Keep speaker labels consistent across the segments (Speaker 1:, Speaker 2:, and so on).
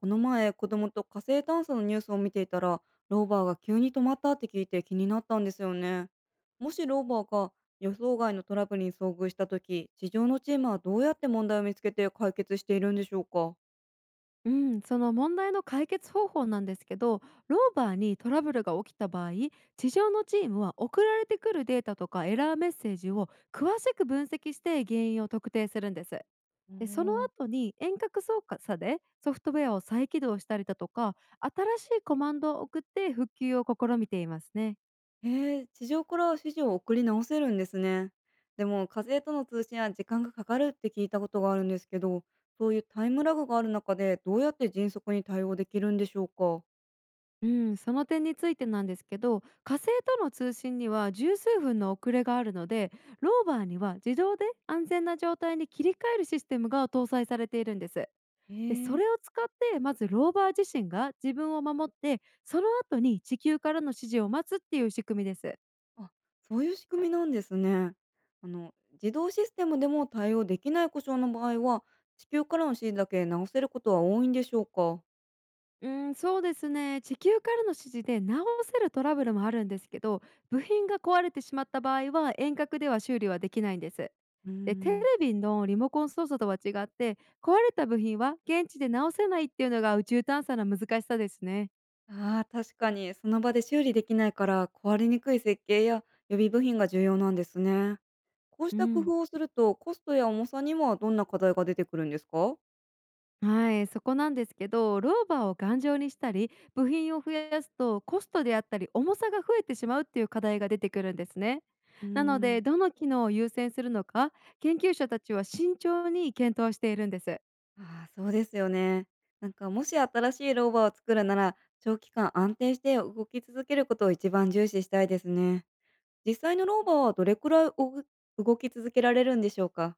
Speaker 1: この前、子供と火星探査のニュースを見ていたら、ローバーが急に止まったって聞いて気になったんですよね。もしローバーが予想外のトラブルに遭遇した時、地上のチームはどうやって問題を見つけて解決しているんでしょうか？
Speaker 2: うん、その問題の解決方法なんですけど、ローバーにトラブルが起きた場合、地上のチームは送られてくるデータとかエラーメッセージを詳しく分析して原因を特定するんです。
Speaker 1: うー
Speaker 2: でその
Speaker 1: ん。
Speaker 2: 後に遠隔操作でソフトウェアを再起動したりだとか、新しいコマンドを送って復旧を試みていますね。
Speaker 1: へえ、地上から指示を送り直せるんですね。でも火星との通信は時間がかかるって聞いたことがあるんですけど、そういうタイムラグがある中でどうやって迅速に対応できるんでしょうか？
Speaker 2: うん、その点についてなんですけど、火星との通信には十数分の遅れがあるので、ローバーには自動で安全な状態に切り替えるシステムが搭載されているんです。
Speaker 1: へ
Speaker 2: でそ
Speaker 1: え。
Speaker 2: れを使って、まずローバー自身が自分を守って、その後に地球からの指示を待つっていう仕組みです。
Speaker 1: あ、そういう仕組みなんですね。自動システムでも対応できない故障の場合は、地球からの指示だけ直せることは多いんでしょうか？
Speaker 2: うん、そうですね。地球からの指示で直せるトラブルもあるんですけど、部品が壊れてしまった場合は遠隔では修理はできないんです。
Speaker 1: うー
Speaker 2: で、テレ
Speaker 1: ん。
Speaker 2: ビのリモコン操作とは違って、壊れた部品は現地で直せないっていうのが宇宙探査の難しさですね。
Speaker 1: ああ、確かにその場で修理できないから、壊れにくい設計や予備部品が重要なんですね。こうし
Speaker 2: う
Speaker 1: た工
Speaker 2: ん。
Speaker 1: 夫をすると、コストや重さにはどんな課題が出てくるんですか？
Speaker 2: はい、そこなんですけど、ローバーを頑丈にしたり、部品を増やすとコストであったり重さが増えてしまうっていう課題が出てくるんですね。
Speaker 1: うー
Speaker 2: なの
Speaker 1: ん。
Speaker 2: で、どの機能を優先するのか、研究者たちは慎重に検討しているんです。
Speaker 1: ああ、そうですよね。なんかもし新しいローバーを作るなら、長期間安定して動き続けることを一番重視したいですね。実際の老婆はどれくらい動き続けられるんでしょうか？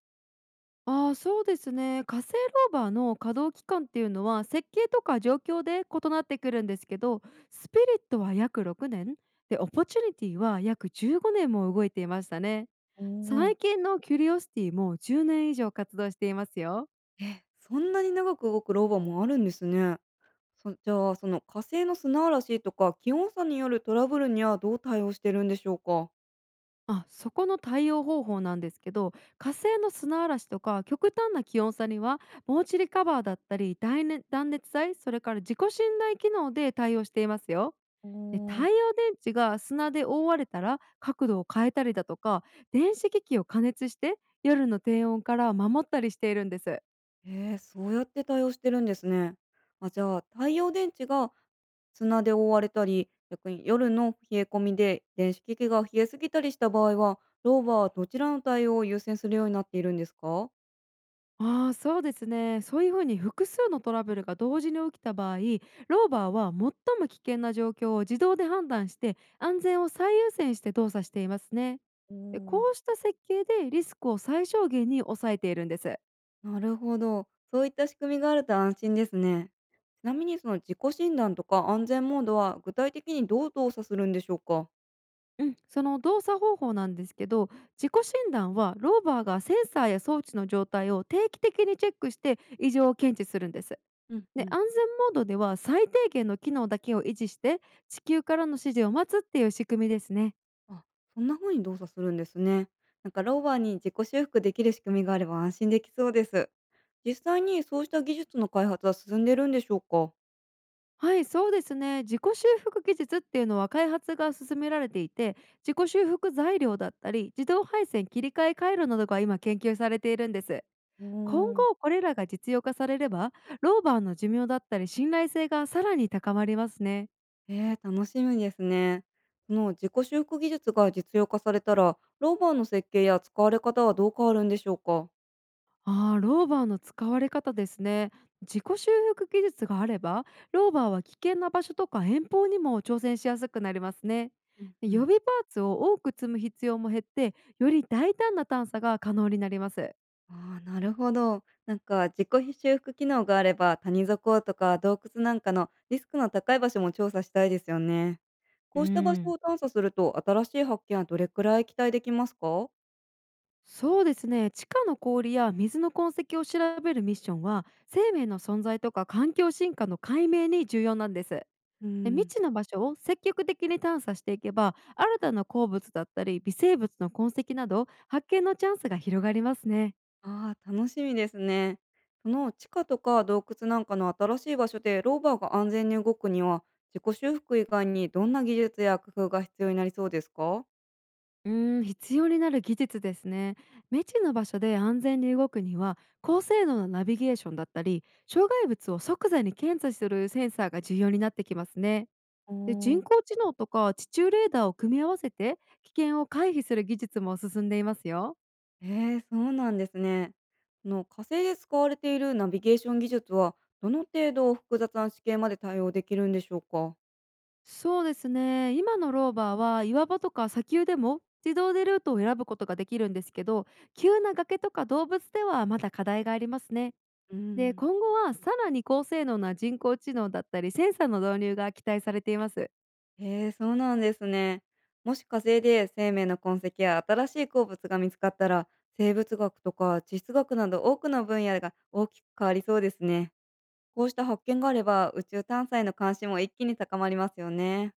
Speaker 2: ああ、そうですね。火星ローバーの稼働期間っていうのは設計とか状況で異なってくるんですけど、スピリットは約6年、で、オポチュニティは約15年も動いていましたね。
Speaker 1: おお。
Speaker 2: 最近のキュリオシティも10年以上活動していますよ。
Speaker 1: え、そんなに長く動く老婆もあるんですね。そじゃあ、その火星の砂嵐とか気温差によるトラブルにはどう対応してるんでしょうか？
Speaker 2: あ、そこの対応方法なんですけど、火星の砂嵐とか極端な気温差には、防塵カバーだったり、断熱材、それから自己信頼機能で対応していますよ。
Speaker 1: お
Speaker 2: で
Speaker 1: お。
Speaker 2: 太
Speaker 1: ー
Speaker 2: 陽電池が砂で覆われたら角度を変えたりだとか、電子機器を加熱して夜の低温から守ったりしているんです。
Speaker 1: えーえ、そうやって対応してるんですね。あ、じゃあ、太陽電池が砂で覆われたり、逆に夜の冷え込みで電子機器が冷えすぎたりした場合は、老婆はどちらの対応を優先するようになっているんですか？
Speaker 2: ああ、そうですね。そういうふうに複数のトラブルが同時に起きた場合、ローバーは最も危険な状況を自動で判断して、安全を最優先して動作していますね。
Speaker 1: お
Speaker 2: で
Speaker 1: ー。
Speaker 2: こうした設計でリスクを最小限に抑えているんです。
Speaker 1: なるほど。そういった仕組みがあると安心ですね。ちなみにその自己診断とか安全モードは具体的にどう動作するんでしょうか？
Speaker 2: うん、その動作方法なんですけど、自己診断はローバーがセンサーや装置の状態を定期的にチェックして異常を検知するんです。
Speaker 1: うんう
Speaker 2: で
Speaker 1: ん。
Speaker 2: 安全モードでは最低限の機能だけを維持して、地球からの指示を待つっていう仕組みですね。
Speaker 1: あ、そんな風に動作するんですね。なんかローバーに自己修復できる仕組みがあれば安心できそうです。実際にそうした技術の開発は進んでるんでしょうか？
Speaker 2: はい、そうですね。自己修復技術っていうのは開発が進められていて、自己修復材料だったり、自動配線切り替え回路などが今研究されているんです。
Speaker 1: う
Speaker 2: 今
Speaker 1: ーん。
Speaker 2: 後これらが実用化されれば、ローバーの寿命だったり信頼性がさらに高まりますね。
Speaker 1: えー、楽しみですね。その自己修復技術が実用化されたら、ローバーの設計や使われ方はどう変わるんでしょうか？
Speaker 2: あー、ローバーの使われ方ですね。自己修復技術があれば、ローバーは危険な場所とか遠方にも挑戦しやすくなりますね。
Speaker 1: うん
Speaker 2: で
Speaker 1: う
Speaker 2: 予
Speaker 1: ん。
Speaker 2: 備パーツを多く積む必要も減って、より大胆な探査が可能になります。
Speaker 1: ああ、なるほど。なんか自己修復機能があれば、谷底とか洞窟なんかのリスクの高い場所も調査したいですよね。
Speaker 2: う
Speaker 1: こうした場所
Speaker 2: ん。
Speaker 1: を探査すると、新しい発見はどれくらい期待できますか？
Speaker 2: そうですね。地下の氷や水の痕跡を調べるミッションは、生命の存在とか環境進化の解明に重要なんです。
Speaker 1: う
Speaker 2: で、未
Speaker 1: ん。
Speaker 2: 知の場所を積極的に探査していけば、新たな鉱物だったり微生物の痕跡など発見のチャンスが広がりますね。
Speaker 1: ああー、楽しみですね。その地下とか洞窟なんかの新しい場所でローバーが安全に動くには、自己修復以外にどんな技術や工夫が必要になりそうですか？
Speaker 2: うーん、必要になる技術ですね。未知の場所で安全に動くには、高性能なナビゲーションだったり、障害物を即座に検査するセンサーが重要になってきますね。
Speaker 1: お
Speaker 2: で人
Speaker 1: ー。
Speaker 2: 工知能とか地中レーダーを組み合わせて危険を回避する技術も進んでいますよ。
Speaker 1: ええ、そうなんですね。火星で使われているナビゲーション技術は、どの程度複雑な地形まで対応できるんでしょうか？
Speaker 2: そうですね、今のローバーは岩場とか砂丘でも自動でルートを選ぶことができるんですけど、急な崖とか動物ではまだ課題がありますね。
Speaker 1: う
Speaker 2: で
Speaker 1: ん。
Speaker 2: 今後はさらに高性能な人工知能だったりセンサーの導入が期待されています。
Speaker 1: ええ、そうなんですね。もし火星で生命の痕跡や新しい鉱物が見つかったら、生物学とか地質学など多くの分野が大きく変わりそうですね。こうした発見があれば宇宙探査への関心も一気に高まりますよね。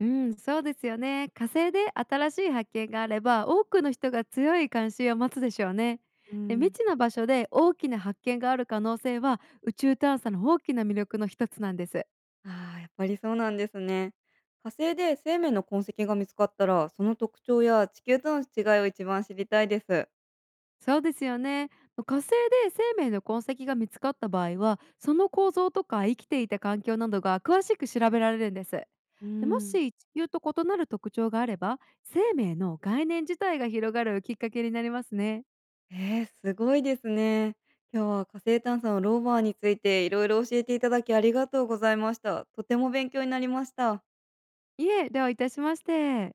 Speaker 2: うん、そうですよね。火星で新しい発見があれば多くの人が強い関心を待つでしょうね。
Speaker 1: う
Speaker 2: で未
Speaker 1: ん。
Speaker 2: 知な場所で大きな発見がある可能性は宇宙探査の大きな魅力の一つなんです。
Speaker 1: ああ、やっぱりそうなんですね。火星で生命の痕跡が見つかったら、その特徴や地球との違いを一番知りたいです。
Speaker 2: そうですよね。火星で生命の痕跡が見つかった場合はその構造とか生きていた環境などが詳しく調べられるんです。
Speaker 1: う
Speaker 2: でも
Speaker 1: ん。
Speaker 2: し地球と異なる特徴があれば生命の概念自体が広がるきっかけになりますね。
Speaker 1: えー、すごいですね。今日は火星探査のローバーについていろいろ教えていただきありがとうございました。とても勉強になりました。
Speaker 2: いえ、ではいたしまして。